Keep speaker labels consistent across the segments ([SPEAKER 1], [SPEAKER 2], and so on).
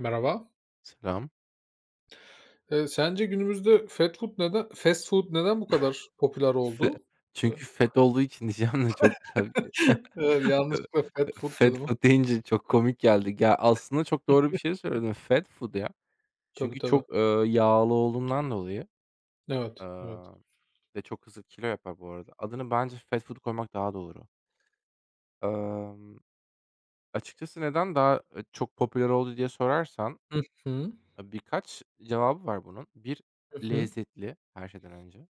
[SPEAKER 1] Merhaba.
[SPEAKER 2] Selam.
[SPEAKER 1] Sence günümüzde fast food neden bu kadar popüler
[SPEAKER 2] Fe
[SPEAKER 1] oldu? Eee,
[SPEAKER 2] Çünkü fat olduğu için diyeceğim de çok güzel.
[SPEAKER 1] evet, yanlışlıkla fast food dedim
[SPEAKER 2] Fat
[SPEAKER 1] ama.
[SPEAKER 2] food deyince çok komik geldi. Ya, aslında çok doğru bir şey söyledin. Fat food ya.
[SPEAKER 1] Tabii,
[SPEAKER 2] Çünkü
[SPEAKER 1] tabii.
[SPEAKER 2] çok, yağlı olduğundan dolayı,
[SPEAKER 1] Evet, evet.
[SPEAKER 2] aaa, ve çok hızlı kilo yapar bu arada. Adını bence fat food koymak daha doğru. Emm, Açıkçası neden daha, çok popüler oldu diye sorarsan,
[SPEAKER 1] Hı hı.
[SPEAKER 2] birkaç cevabı var bunun. Bir
[SPEAKER 1] Hı hı.
[SPEAKER 2] lezzetli her şeyden önce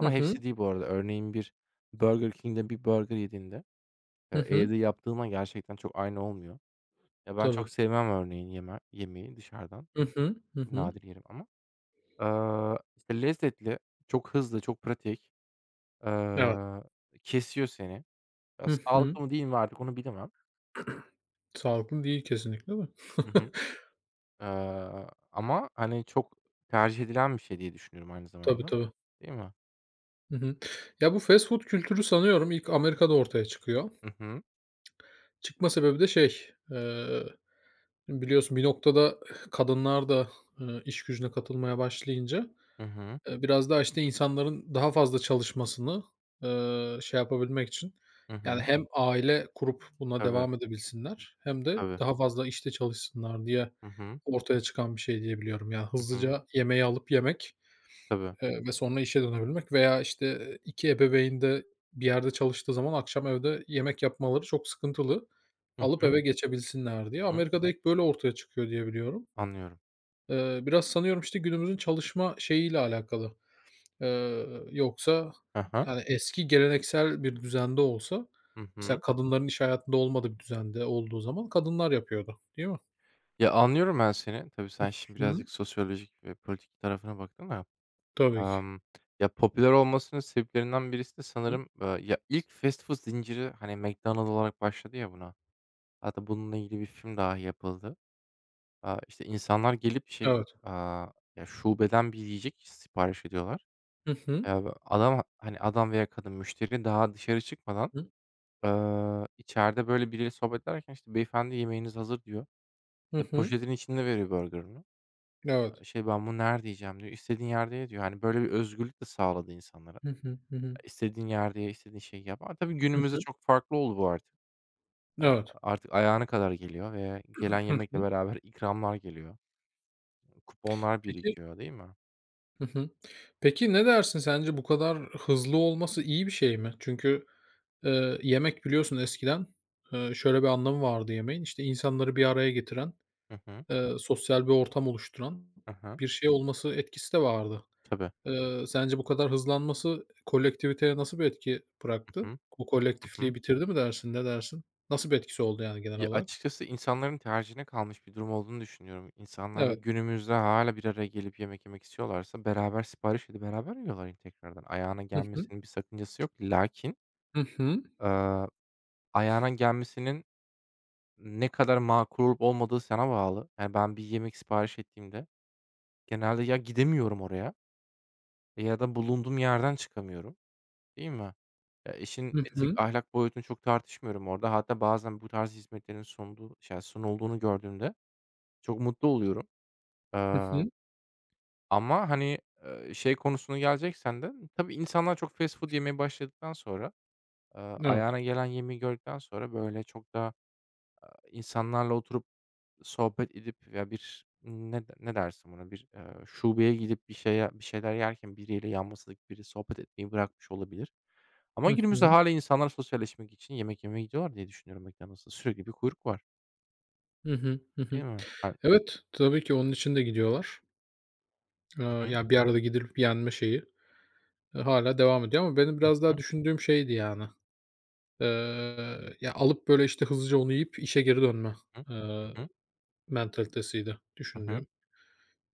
[SPEAKER 1] Hı hı.
[SPEAKER 2] hepsi değil bu arada. Örneğin bir Burger King'de bir burger yediğinde,
[SPEAKER 1] Hı hı.
[SPEAKER 2] evde yaptığınla gerçekten çok aynı olmuyor. Ya, ben çok
[SPEAKER 1] Tabii.
[SPEAKER 2] sevmem örneğin yemeği dışarıdan.
[SPEAKER 1] Hı hı. Hı
[SPEAKER 2] Çok
[SPEAKER 1] hı.
[SPEAKER 2] nadir yerim ama. İşte, lezzetli, çok hızlı, çok pratik, eee,
[SPEAKER 1] Evet.
[SPEAKER 2] kesiyor seni. Ya,
[SPEAKER 1] Hı hı.
[SPEAKER 2] sağlıklı mı değil mi artık onu bilemem.
[SPEAKER 1] Sağlıklı değil kesinlikle de.
[SPEAKER 2] Hı hı. Ama, hani, çok tercih edilen bir şey diye düşünüyorum aynı
[SPEAKER 1] Tabii,
[SPEAKER 2] zamanda.
[SPEAKER 1] tabii.
[SPEAKER 2] Değil mi?
[SPEAKER 1] Hı hı. Ya, bu fast food kültürü sanıyorum ilk Amerika'da ortaya çıkıyor.
[SPEAKER 2] Hı hı.
[SPEAKER 1] Çıkma sebebi de şey, eee, biliyorsun bir noktada kadınlar da, iş gücüne katılmaya başlayınca,
[SPEAKER 2] Hı hı.
[SPEAKER 1] biraz daha, işte, insanların daha fazla çalışmasını, şey yapabilmek için,
[SPEAKER 2] Hı
[SPEAKER 1] yani,
[SPEAKER 2] hı.
[SPEAKER 1] hem aile kurup buna
[SPEAKER 2] Tabii,
[SPEAKER 1] devam edebilsinler hem de
[SPEAKER 2] tabii.
[SPEAKER 1] daha fazla işte çalışsınlar diye
[SPEAKER 2] Hı hı.
[SPEAKER 1] ortaya çıkan bir şey diye biliyorum. Yani,
[SPEAKER 2] Hı hı.
[SPEAKER 1] hızlıca yemeği alıp yemek,
[SPEAKER 2] Tabii.
[SPEAKER 1] ve sonra işe dönebilmek veya, işte, 2 ebeveyn de bir yerde çalıştığı zaman akşam evde yemek yapmaları çok sıkıntılı.
[SPEAKER 2] Hı
[SPEAKER 1] Alıp
[SPEAKER 2] hı.
[SPEAKER 1] eve geçebilsinler diye.
[SPEAKER 2] Hı hı.
[SPEAKER 1] Amerika'da ilk böyle ortaya çıkıyor diye biliyorum.
[SPEAKER 2] Anlıyorum.
[SPEAKER 1] Biraz sanıyorum, işte, günümüzün çalışma şeyiyle alakalı. Yoksa,
[SPEAKER 2] Hı hı.
[SPEAKER 1] hani, eski geleneksel bir düzende olsa,
[SPEAKER 2] Hı
[SPEAKER 1] mesela
[SPEAKER 2] hı.
[SPEAKER 1] kadınların iş hayatında olmadığı bir düzende olduğu zaman kadınlar yapıyordu, değil mi?
[SPEAKER 2] Ya, anlıyorum ben seni. Tabii sen şimdi
[SPEAKER 1] Hıı.
[SPEAKER 2] birazcık sosyolojik ve politik tarafına baktın da.
[SPEAKER 1] Tabii ki.
[SPEAKER 2] Emm, Ya, popüler olmasının sebeplerinden birisi de
[SPEAKER 1] Hı.
[SPEAKER 2] sanırım, ya, ilk fast food zinciri, hani, McDonald's olarak başladı ya buna. Hatta bununla ilgili bir film dahi yapıldı. İşte, insanlar gelip şey,
[SPEAKER 1] Evet.
[SPEAKER 2] aaa, ya, şubeden bir yiyecek sipariş ediyorlar.
[SPEAKER 1] Hı hı.
[SPEAKER 2] Ve adam, hani, adam veya kadın müşteri daha dışarı çıkmadan,
[SPEAKER 1] Hı.
[SPEAKER 2] içeride, böyle, biriyle sohbet ederken, işte, "Beyefendi yemeğiniz hazır." diyor.
[SPEAKER 1] Hı
[SPEAKER 2] İşte,
[SPEAKER 1] hı.
[SPEAKER 2] poşetin içinde veriyor burgerını.
[SPEAKER 1] Evet.
[SPEAKER 2] Şey, "Ben bunu nerede yiyeceğim?" diyor. "İstediğin yerde ye." diyor. Hani, böyle bir özgürlük de sağladı insanlara.
[SPEAKER 1] Hı hı. Hı hı.
[SPEAKER 2] İstediğin yerde ye, istediğin şeyi yap ama tabii
[SPEAKER 1] Hı
[SPEAKER 2] günümüzde
[SPEAKER 1] hı.
[SPEAKER 2] çok farklı oldu bu artık.
[SPEAKER 1] Evet.
[SPEAKER 2] Artık ayağına kadar geliyor ve gelen
[SPEAKER 1] Hı
[SPEAKER 2] yemekle
[SPEAKER 1] hı.
[SPEAKER 2] beraber ikramlar geliyor. Kuponlar
[SPEAKER 1] Peki
[SPEAKER 2] birikiyor, değil mi?
[SPEAKER 1] Hı hı. Peki ne dersin, sence bu kadar hızlı olması iyi bir şey mi? Çünkü, yemek biliyorsun eskiden, şöyle bir anlamı vardı yemeğin, işte, insanları bir araya getiren,
[SPEAKER 2] Hı hı.
[SPEAKER 1] Sosyal bir ortam oluşturan
[SPEAKER 2] Hı hı.
[SPEAKER 1] bir şey olması etkisi de vardı.
[SPEAKER 2] Tabii.
[SPEAKER 1] Sence bu kadar hızlanması kolektiviteye nasıl bir etki
[SPEAKER 2] Hı
[SPEAKER 1] bıraktı?
[SPEAKER 2] hı.
[SPEAKER 1] O
[SPEAKER 2] Hı hı.
[SPEAKER 1] kolektifliği bitirdi mi dersin, ne dersin? Nasıl bir etkisi oldu yani genel
[SPEAKER 2] Ya,
[SPEAKER 1] olarak?
[SPEAKER 2] açıkçası insanların tercihine kalmış bir durum olduğunu düşünüyorum. İnsanlar
[SPEAKER 1] Evet.
[SPEAKER 2] günümüzde hala bir araya gelip yemek yemek istiyorlarsa beraber sipariş edip beraber yiyorlar tekrardan. Ayağına
[SPEAKER 1] Hı hı.
[SPEAKER 2] gelmesinin bir sakıncası yok. Lakin,
[SPEAKER 1] Hı hı.
[SPEAKER 2] eee, ayağına gelmesinin ne kadar makul olup olmadığı sana bağlı. Yani, ben bir yemek sipariş ettiğimde genelde ya gidemiyorum oraya ya da bulunduğum yerden çıkamıyorum, değil mi? Ya, işin
[SPEAKER 1] Hı hı.
[SPEAKER 2] etik, ahlak boyutunu çok tartışmıyorum orada. Hatta bazen bu tarz hizmetlerin sunduğu şey, sunulduğunu gördüğümde çok mutlu oluyorum.
[SPEAKER 1] Hı
[SPEAKER 2] Eee,
[SPEAKER 1] hı.
[SPEAKER 2] Ama, hani, şey konusuna geleceksen de tabii insanlar çok fast food yemeye başladıktan sonra,
[SPEAKER 1] Evet.
[SPEAKER 2] ayağına gelen yemeği gördükten sonra, böyle, çok da insanlarla oturup sohbet edip ya bir ne dersin buna, bir, şubeye gidip bir şeye bir şeyler yerken biriyle yan masadaki biri sohbet etmeyi bırakmış olabilir. Ama
[SPEAKER 1] Hı
[SPEAKER 2] günümüzde
[SPEAKER 1] hı.
[SPEAKER 2] hala insanlar sosyalleşmek için yemek yemeye gidiyorlar diye düşünüyorum McDonald's'a. Sürekli bir kuyruk var,
[SPEAKER 1] Hı hı. Hı
[SPEAKER 2] değil
[SPEAKER 1] hı.
[SPEAKER 2] mi? Ben
[SPEAKER 1] Evet, tabii ki onun için de gidiyorlar. Eee,
[SPEAKER 2] Hı hı.
[SPEAKER 1] yani bir arada gidilip yenme şeyi, hâlâ devam ediyor ama benim
[SPEAKER 2] Hı
[SPEAKER 1] biraz daha
[SPEAKER 2] hı.
[SPEAKER 1] düşündüğüm şeydi yani. Ya, alıp böyle, işte, hızlıca onu yiyip işe geri dönme.
[SPEAKER 2] Hı hı.
[SPEAKER 1] Mentalitesiydi
[SPEAKER 2] Hı hı.
[SPEAKER 1] düşündüğüm.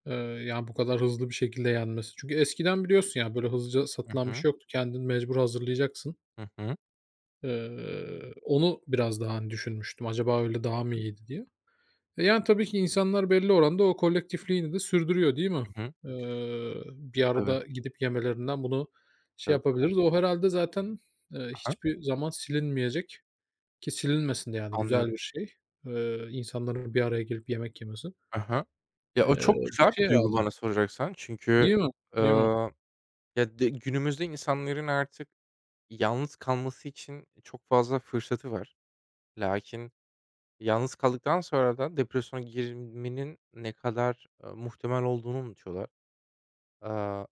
[SPEAKER 1] Eee, yani, bu kadar hızlı bir şekilde yenmesi. Çünkü eskiden biliyorsun, ya böyle hızlıca
[SPEAKER 2] Hı
[SPEAKER 1] satılan bir
[SPEAKER 2] hı.
[SPEAKER 1] şey yoktu. Kendin mecbur hazırlayacaksın.
[SPEAKER 2] Hı hı.
[SPEAKER 1] Onu biraz daha, hani, düşünmüştüm. Acaba öyle daha mı iyiydi diye. E, yani, tabii ki insanlar belli oranda o kolektifliğini de sürdürüyor, değil mi? Bir
[SPEAKER 2] Tabii.
[SPEAKER 1] arada gidip yemelerinden bunu şey
[SPEAKER 2] Tabii,
[SPEAKER 1] yapabiliriz.
[SPEAKER 2] tabii.
[SPEAKER 1] O herhalde zaten,
[SPEAKER 2] Hı.
[SPEAKER 1] hiçbir zaman silinmeyecek ki silinmesin de, yani,
[SPEAKER 2] Anlıyorum.
[SPEAKER 1] güzel bir şey. İnsanların bir araya gelip yemek yemesi.
[SPEAKER 2] Hı. Ya, o
[SPEAKER 1] Eee,
[SPEAKER 2] çok
[SPEAKER 1] bir
[SPEAKER 2] güzel bir
[SPEAKER 1] şey
[SPEAKER 2] duygu
[SPEAKER 1] herhalde.
[SPEAKER 2] bana soracaksan. Çünkü,
[SPEAKER 1] Değil mi? Değil mi?
[SPEAKER 2] ııı, ya, de günümüzde insanların artık yalnız kalması için çok fazla fırsatı var. Lakin yalnız kaldıktan sonra da depresyona girmenin ne kadar, muhtemel olduğunu unutuyorlar. Aaa,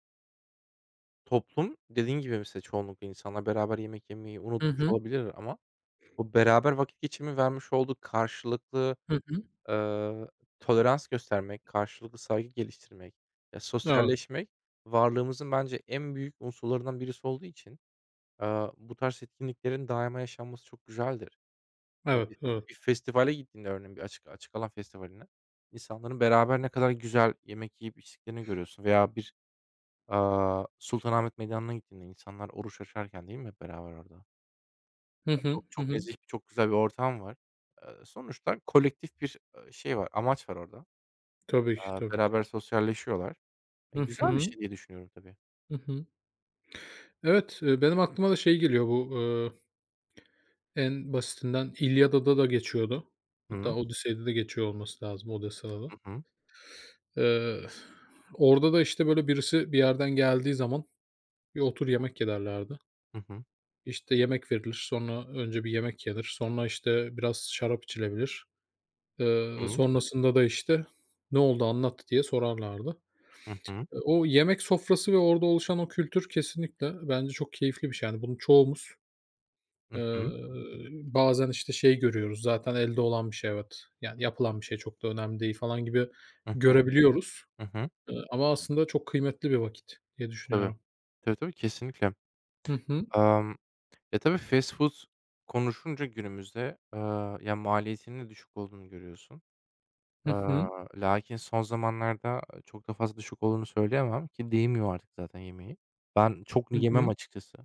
[SPEAKER 2] Toplum dediğin gibi mesela çoğunlukla insanlar beraber yemek yemeyi
[SPEAKER 1] Hı
[SPEAKER 2] unutmuş
[SPEAKER 1] hı.
[SPEAKER 2] olabilir ama bu beraber vakit geçirmeyi vermiş olduğu karşılıklı,
[SPEAKER 1] Hı hı.
[SPEAKER 2] eee, tolerans göstermek, karşılıklı saygı geliştirmek, ya,
[SPEAKER 1] Evet,
[SPEAKER 2] sosyalleşmek varlığımızın bence en büyük unsurlarından birisi olduğu için, bu tarz etkinliklerin daima yaşanması çok güzeldir. Ya,
[SPEAKER 1] evet,
[SPEAKER 2] bir
[SPEAKER 1] evet.
[SPEAKER 2] festivale gittiğinde örneğin bir açık alan festivaline, insanların beraber ne kadar güzel yemek yiyip içtiklerini görüyorsun veya bir, Sultanahmet Meydanı'na gittiğinde insanlar oruç açarken değil mi hep beraber orada?
[SPEAKER 1] Hı hı.
[SPEAKER 2] Çok
[SPEAKER 1] Hı
[SPEAKER 2] çok
[SPEAKER 1] hı.
[SPEAKER 2] nezih, çok güzel bir ortam var. Sonuçta kolektif bir, şey var, amaç var orada.
[SPEAKER 1] Tabii ki, tabii ki.
[SPEAKER 2] Beraber sosyalleşiyorlar.
[SPEAKER 1] Hı
[SPEAKER 2] Güzel bir
[SPEAKER 1] hı.
[SPEAKER 2] şey diye düşünüyorum tabii.
[SPEAKER 1] Hı hı. Evet, benim aklıma da şey geliyor bu, en basitinden İlyada'da da geçiyordu.
[SPEAKER 2] Hı
[SPEAKER 1] Hatta
[SPEAKER 2] hı.
[SPEAKER 1] Odisei'de de geçiyor olması lazım, Odessa'da da.
[SPEAKER 2] Hı hı.
[SPEAKER 1] Eee, orada da, işte, böyle, birisi bir yerden geldiği zaman bir otur yemek ye.
[SPEAKER 2] Hı hı.
[SPEAKER 1] İşte, yemek verilir, sonra önce bir yemek yenir, sonra, işte, biraz şarap içilebilir.
[SPEAKER 2] Hı
[SPEAKER 1] Eee,
[SPEAKER 2] hı.
[SPEAKER 1] sonrasında da, işte, "Ne oldu, anlat." diye sorarlardı.
[SPEAKER 2] Hı hı.
[SPEAKER 1] O yemek sofrası ve orada oluşan o kültür kesinlikle bence çok keyifli bir şey. Yani bunu çoğumuz, eee,
[SPEAKER 2] Hı.
[SPEAKER 1] bazen, işte, şey görüyoruz zaten elde olan bir şey evet. Yani yapılan bir şey çok da önemli değil falan gibi görebiliyoruz, ama aslında çok kıymetli bir vakit diye
[SPEAKER 2] Tabii.
[SPEAKER 1] düşünüyorum.
[SPEAKER 2] Tabii, tabii, kesinlikle.
[SPEAKER 1] Hı hı.
[SPEAKER 2] Emm Ya, tabii fast food konuşunca günümüzde, ya, maliyetinin de düşük olduğunu görüyorsun.
[SPEAKER 1] Hı
[SPEAKER 2] Eee,
[SPEAKER 1] hı.
[SPEAKER 2] Lakin son zamanlarda çok da fazla düşük olduğunu söyleyemem ki değmiyor artık zaten yemeği. Ben çok
[SPEAKER 1] Hı
[SPEAKER 2] yemem
[SPEAKER 1] hı.
[SPEAKER 2] açıkçası.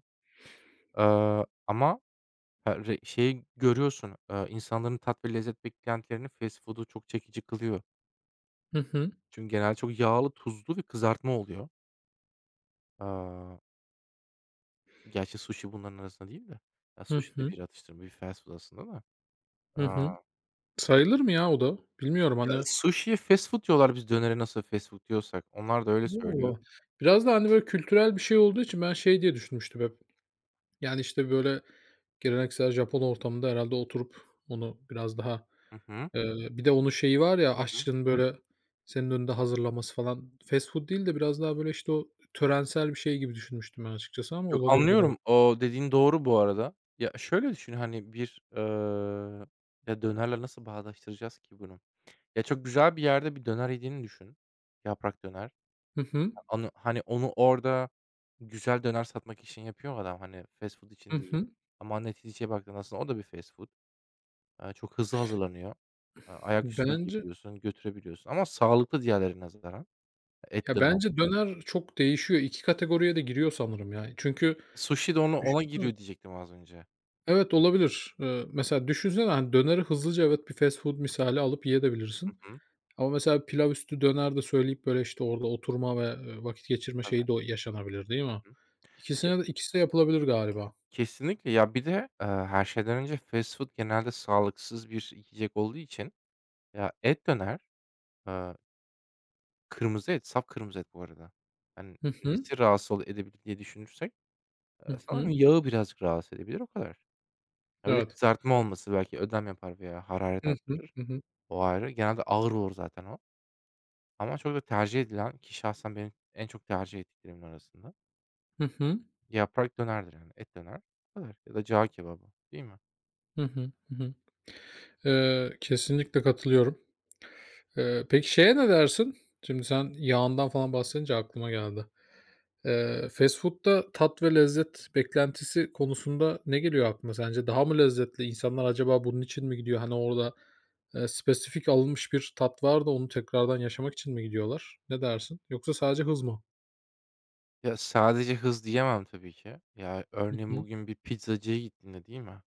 [SPEAKER 2] Ama, ha, re şeyi görüyorsun, insanların tat ve lezzet beklentilerini fast food'u çok çekici kılıyor.
[SPEAKER 1] Hı hı.
[SPEAKER 2] Çünkü genelde çok yağlı, tuzlu ve kızartma oluyor. Eee, Gerçi suşi bunların arasında değil de. Ya,
[SPEAKER 1] Hı
[SPEAKER 2] suşi de
[SPEAKER 1] hı.
[SPEAKER 2] bir atıştırma, bir fast food aslında da.
[SPEAKER 1] Hı hı. Sayılır mı ya o da? Bilmiyorum,
[SPEAKER 2] Ya,
[SPEAKER 1] hani.
[SPEAKER 2] sushi'ye fast food diyorlar biz dönere nasıl fast food diyorsak. Onlar da öyle söylüyor.
[SPEAKER 1] Vallahi. Biraz da, hani, böyle kültürel bir şey olduğu için ben şey diye düşünmüştüm hep. Yani, işte, böyle, geleneksel Japon ortamında herhâlde oturup onu biraz daha,
[SPEAKER 2] Hı hı.
[SPEAKER 1] bir de onun şeyi var ya,
[SPEAKER 2] Hı.
[SPEAKER 1] aşçının, böyle, senin önünde hazırlaması falan. Fast food değil de biraz daha, böyle, işte, o törensel bir şey gibi düşünmüştüm ben açıkçası ama
[SPEAKER 2] Yok,
[SPEAKER 1] olabilir evet.
[SPEAKER 2] anlıyorum. O dediğin doğru bu arada. Ya, şöyle düşün, hani, bir, ya, dönerle nasıl bağdaştıracağız ki bunu? Ya, çok güzel bir yerde bir döner yediğini düşün. Yaprak döner.
[SPEAKER 1] Hı hı.
[SPEAKER 2] Anı hani, onu orada güzel döner satmak için yapıyor adam, hani, fast food
[SPEAKER 1] Hı
[SPEAKER 2] için değil.
[SPEAKER 1] hı.
[SPEAKER 2] Ama neticeye baktığında aslında o da bir fast food. Çok hızlı hazırlanıyor. Ayaküstü
[SPEAKER 1] Bence
[SPEAKER 2] yiyebiliyorsun, götürebiliyorsun ama sağlıklı diğerlerine nazaran. Et de
[SPEAKER 1] Bence döner çok değişiyor. İki kategoriye de giriyor sanırım ya. Çünkü
[SPEAKER 2] sushi de ona
[SPEAKER 1] düşünsene.
[SPEAKER 2] giriyor diyecektim az önce.
[SPEAKER 1] Evet, olabilir. Mesela düşünsene, hani, döneri hızlıca evet bir fast food misali alıp
[SPEAKER 2] Hı
[SPEAKER 1] yiyebilirsin.
[SPEAKER 2] hı.
[SPEAKER 1] Ama mesela pilav üstü döner de söyleyip, böyle, işte, orada oturma ve, vakit geçirme
[SPEAKER 2] Tabii.
[SPEAKER 1] şeyi de o yaşanabilir, değil mi?
[SPEAKER 2] Hı. Ya,
[SPEAKER 1] İkisine de ikisi de yapılabilir galiba.
[SPEAKER 2] kesinlikle. Ya, bir de, her şeyden önce fast food genelde sağlıksız bir yiyecek olduğu için ya, et döner, eee, kırmızı et, saf kırmızı et bu arada. Hani,
[SPEAKER 1] Hı hı.
[SPEAKER 2] nesi rahatsız edebilir diye düşünürsek,
[SPEAKER 1] Hı
[SPEAKER 2] sanırım
[SPEAKER 1] hı.
[SPEAKER 2] yağı birazcık rahatsız edebilir, o kadar. Ha, bir de
[SPEAKER 1] Evet.
[SPEAKER 2] kızartma olması belki ödem yapar veya hararet
[SPEAKER 1] Hı hı.
[SPEAKER 2] arttırır.
[SPEAKER 1] Hı hı.
[SPEAKER 2] O ayrı. Genelde ağır olur zaten o. Ama çok da tercih edilen ki şahsen benim en çok tercih ettiklerimin arasında.
[SPEAKER 1] Hı hı.
[SPEAKER 2] Yaprak dönerdir yani, et döner, bu kadar ya da cağ kebabı, değil mi?
[SPEAKER 1] Hı hı. Hı hı. Kesinlikle katılıyorum. Peki şeye ne dersin? Şimdi sen yağından falan bahsedince aklıma geldi. Fast food'da tat ve lezzet beklentisi konusunda ne geliyor aklına sence? Daha mı lezzetli? İnsanlar acaba bunun için mi gidiyor? Hani orada, spesifik alınmış bir tat var da onu tekrardan yaşamak için mi gidiyorlar? Ne dersin? Yoksa sadece hız mı?
[SPEAKER 2] Ya, sadece hız diyemem tabii ki. Ya,
[SPEAKER 1] Hı
[SPEAKER 2] örneğin
[SPEAKER 1] hı.
[SPEAKER 2] bugün bir pizzacıya gittiğinde, değil mi?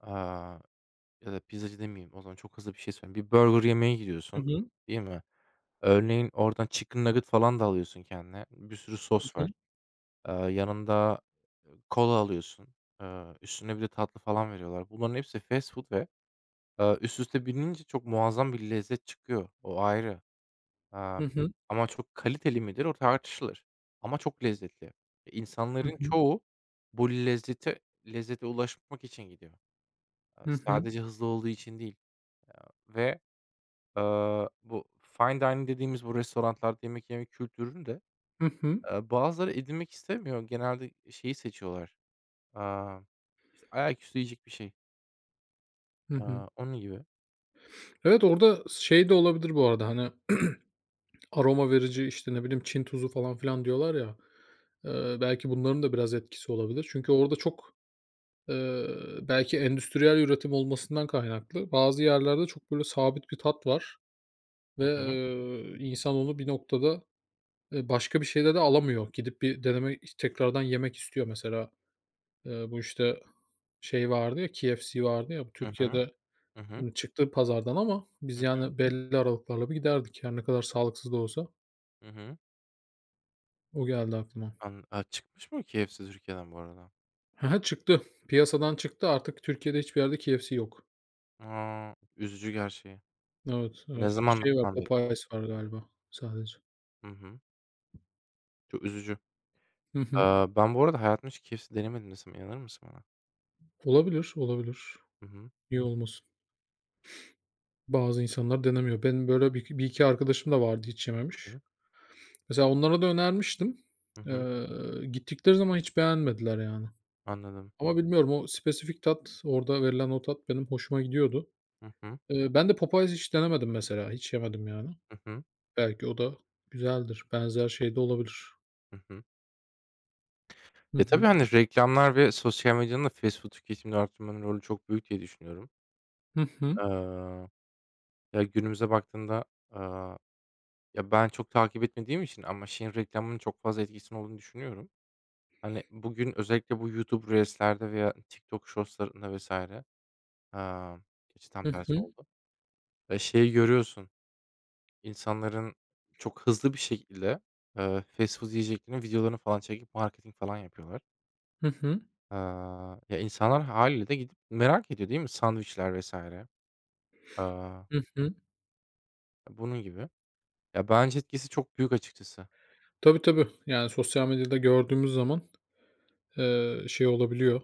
[SPEAKER 2] Aaa, Ya da pizzacı demeyeyim, o zaman çok hızlı bir şey söyleyeyim. Bir burger yemeye
[SPEAKER 1] Hı
[SPEAKER 2] gidiyorsun,
[SPEAKER 1] hı.
[SPEAKER 2] değil mi? Örneğin oradan chicken nugget falan da alıyorsun kendine. Bir sürü
[SPEAKER 1] Hı
[SPEAKER 2] sos
[SPEAKER 1] hı.
[SPEAKER 2] var. Yanında, kola alıyorsun. Üstüne bir de tatlı falan veriyorlar. Bunların hepsi fast food ve, üst üste binince çok muazzam bir lezzet çıkıyor. O ayrı.
[SPEAKER 1] Hı
[SPEAKER 2] Amm,
[SPEAKER 1] hı.
[SPEAKER 2] Ama çok kaliteli midir o tartışılır ama çok lezzetli.
[SPEAKER 1] Hı
[SPEAKER 2] İnsanların
[SPEAKER 1] hı.
[SPEAKER 2] çoğu bu lezzete ulaşmak için gidiyor.
[SPEAKER 1] Hı hı.
[SPEAKER 2] Sadece hızlı olduğu için değil, aaa, ve, bu fine dining dediğimiz bu restoranlarda yemek yemek kültürünü de,
[SPEAKER 1] Hı hı.
[SPEAKER 2] bazıları edinmek istemiyor. Genelde şeyi seçiyorlar, aaa, işte, ayaküstü yiyecek bir şey.
[SPEAKER 1] Hı hı.
[SPEAKER 2] Onun gibi.
[SPEAKER 1] Evet, orada şey de olabilir bu arada, hani, aroma verici, işte, ne bileyim, Çin tuzu falan filan diyorlar ya, belki bunların da biraz etkisi olabilir. Çünkü orada çok. Eee, belki endüstriyel üretim olmasından kaynaklı bazı yerlerde çok böyle sabit bir tat var ve,
[SPEAKER 2] Hı hı.
[SPEAKER 1] insan onu bir noktada, başka bir şeyde de alamıyor. Gidip bir deneme tekrardan yemek istiyor mesela. Bu, işte, şey vardı ya, KFC vardı ya, bu
[SPEAKER 2] Hı hı.
[SPEAKER 1] Türkiye'de
[SPEAKER 2] Hı hı.
[SPEAKER 1] şimdi çıktı pazardan ama
[SPEAKER 2] Hı
[SPEAKER 1] biz,
[SPEAKER 2] hı.
[SPEAKER 1] yani, belli aralıklarla bir giderdik. Her ne kadar sağlıksız da olsa.
[SPEAKER 2] Hı hı.
[SPEAKER 1] O geldi aklıma.
[SPEAKER 2] Çıkmış mı o KFC Türkiye'den bu arada?
[SPEAKER 1] Hı çıktı. Piyasadan çıktı. Artık Türkiye'de hiçbir yerde KFC yok.
[SPEAKER 2] A! Üzücü gerçeği.
[SPEAKER 1] Evet,
[SPEAKER 2] Ne
[SPEAKER 1] evet. Şey var,
[SPEAKER 2] zamandan beri bu?
[SPEAKER 1] Popeyes var galiba sadece.
[SPEAKER 2] Hı hı. Çok üzücü.
[SPEAKER 1] Hı hı.
[SPEAKER 2] Ben bu arada hayatımda hiç KFC denemedim desem inanır mısın bana?
[SPEAKER 1] Olabilir, olabilir.
[SPEAKER 2] Hı hı.
[SPEAKER 1] Niye olmasın? Bazı insanlar denemiyor. Benim böyle bir 2 arkadaşım da vardı hiç
[SPEAKER 2] Hı
[SPEAKER 1] yememiş.
[SPEAKER 2] hı.
[SPEAKER 1] Mesela onlara da önermiştim.
[SPEAKER 2] Hı hı.
[SPEAKER 1] Eee, gittikleri zaman hiç beğenmediler yani.
[SPEAKER 2] Anladım.
[SPEAKER 1] Ama bilmiyorum o spesifik tat, orada verilen o tat benim hoşuma gidiyordu.
[SPEAKER 2] Hı hı.
[SPEAKER 1] Ben de Popeyes hiç denemedim mesela. Hiç yemedim yani.
[SPEAKER 2] Hı hı.
[SPEAKER 1] Belki o da güzeldir. Benzer şey de olabilir.
[SPEAKER 2] Hı hı.
[SPEAKER 1] Hı
[SPEAKER 2] Tabii,
[SPEAKER 1] hı.
[SPEAKER 2] hani, reklamlar ve sosyal medyanın da fast food tüketimini arttırmanın rolü çok büyük diye düşünüyorum.
[SPEAKER 1] Hı hı.
[SPEAKER 2] Eee, Ya, günümüze baktığında, aaa, ya, ben çok takip etmediğim için ama şeyin reklamının çok fazla etkisinin olduğunu düşünüyorum. Hani, bugün özellikle bu YouTube Reels'lerde veya TikTok Shorts'larında vs. Ha, gerçi tam
[SPEAKER 1] Hı
[SPEAKER 2] tersi
[SPEAKER 1] hı.
[SPEAKER 2] oldu. Şeyi görüyorsun, insanların çok hızlı bir şekilde, fast food yiyeceklerinin videolarını falan çekip marketing falan yapıyorlar.
[SPEAKER 1] Hı hı.
[SPEAKER 2] Eee, Ya, insanlar haliyle de gidip merak ediyor değil mi? Sandviçler vesaire. Eee,
[SPEAKER 1] Hı hı.
[SPEAKER 2] Bunun gibi. Ya, bence etkisi çok büyük açıkçası.
[SPEAKER 1] Tabii, tabii. Yani sosyal medyada gördüğümüz zaman, şey olabiliyor.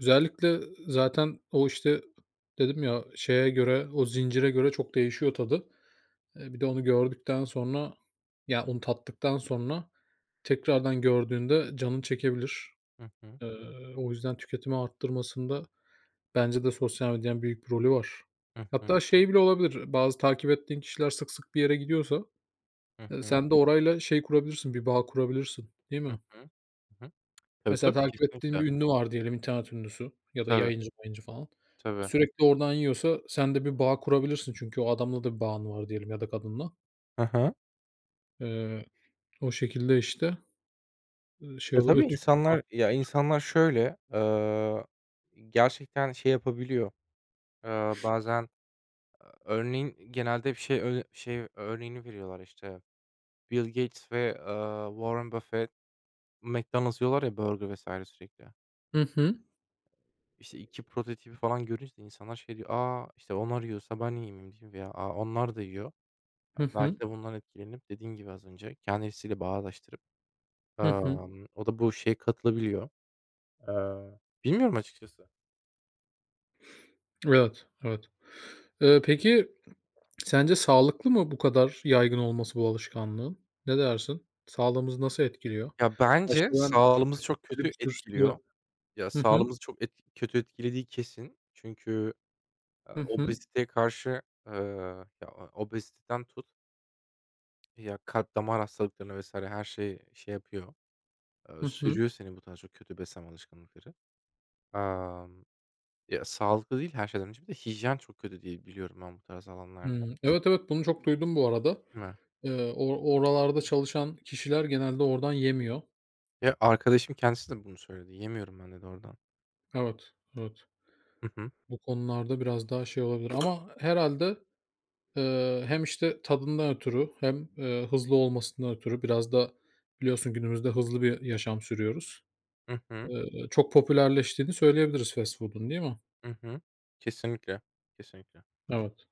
[SPEAKER 1] Özellikle zaten o, işte, dedim ya, şeye göre, o zincire göre çok değişiyor tadı. Bir de onu gördükten sonra, ya, onu tattıktan sonra tekrardan gördüğünde canın çekebilir.
[SPEAKER 2] Hı hı.
[SPEAKER 1] Eee, o yüzden tüketimi arttırmasında bence de sosyal medyanın büyük bir rolü var.
[SPEAKER 2] Hı hı.
[SPEAKER 1] Hatta şey bile olabilir, bazı takip ettiğin kişiler sık sık bir yere gidiyorsa,
[SPEAKER 2] Hı hı.
[SPEAKER 1] sen de orayla şey kurabilirsin, bir bağ kurabilirsin, değil
[SPEAKER 2] Hı
[SPEAKER 1] mi?
[SPEAKER 2] hı. Hı. Tabii,
[SPEAKER 1] Mesela
[SPEAKER 2] tabii,
[SPEAKER 1] takip ettiğin
[SPEAKER 2] kesinlikle.
[SPEAKER 1] bir ünlü var diyelim, internet ünlüsü ya da
[SPEAKER 2] Tabii,
[SPEAKER 1] yayıncı mayıncı falan.
[SPEAKER 2] tabii.
[SPEAKER 1] Sürekli oradan yiyorsa sen de bir bağ kurabilirsin çünkü o adamla da bir bağın var diyelim ya da kadınla.
[SPEAKER 2] Hı hı.
[SPEAKER 1] Eee, o şekilde, işte, şey
[SPEAKER 2] Ya, tabii
[SPEAKER 1] olabilir tüketim art.
[SPEAKER 2] insanlar şöyle, gerçekten şey yapabiliyor, bazen. Örneğin genelde bir şey ö şey örneğini veriyorlar, işte, Bill Gates ve, Warren Buffett McDonald's yiyorlar ya burger vesaire sürekli.
[SPEAKER 1] Hı hı.
[SPEAKER 2] İşte 2 prototipi falan görünce de insanlar şey diyor, "A, işte onlar yiyorsa ben yiyeyim yemeyeyim?" diyor veya "A, onlar da yiyor."
[SPEAKER 1] Hı hı.
[SPEAKER 2] Belki de bundan etkilenip dediğin gibi az önce kendisiyle bağdaştırıp,
[SPEAKER 1] Hı hı.
[SPEAKER 2] o da bu şeye katılabiliyor. Bilmiyorum açıkçası.
[SPEAKER 1] Evet, evet. Peki sence sağlıklı mı bu kadar yaygın olması bu alışkanlığın? Ne dersin? Sağlığımızı nasıl etkiliyor?
[SPEAKER 2] Ya,
[SPEAKER 1] Başta
[SPEAKER 2] bence
[SPEAKER 1] ben.
[SPEAKER 2] sağlığımızı çok kötü etkiliyor. Ya,
[SPEAKER 1] Hı hı.
[SPEAKER 2] sağlığımızı çok kötü etkilediği kesin. Çünkü
[SPEAKER 1] Hı hı.
[SPEAKER 2] obeziteye karşı, eee, ya, obeziteden tut, ya, kalp damar hastalıklarına vs. her şeyi şey yapıyor,
[SPEAKER 1] Hı hı.
[SPEAKER 2] sürüyor seni bu tarz çok kötü beslenme alışkanlıkları. Emm, Ya, sağlıklı değil her şeyden önce bir de hijyen çok kötü diye biliyorum ben bu tarz alanlarda,
[SPEAKER 1] Hımm. Evet, evet, bunu çok duydum bu arada.
[SPEAKER 2] değil mi?
[SPEAKER 1] O oralarda çalışan kişiler genelde oradan yemiyor.
[SPEAKER 2] Ya, arkadaşım kendisi de bunu söyledi. "Yemiyorum ben." dedi oradan.
[SPEAKER 1] Evet, evet.
[SPEAKER 2] Hı hı.
[SPEAKER 1] Bu konularda biraz daha şey olabilir ama herhâlde, hem, işte, tadından ötürü hem, hızlı olmasından ötürü biraz da biliyorsun günümüzde hızlı bir yaşam sürüyoruz.
[SPEAKER 2] Hı hı.
[SPEAKER 1] Çok popülerleştiğini söyleyebiliriz fast food'un, değil mi?
[SPEAKER 2] Hı hı. Kesinlikle, kesinlikle.
[SPEAKER 1] Evet.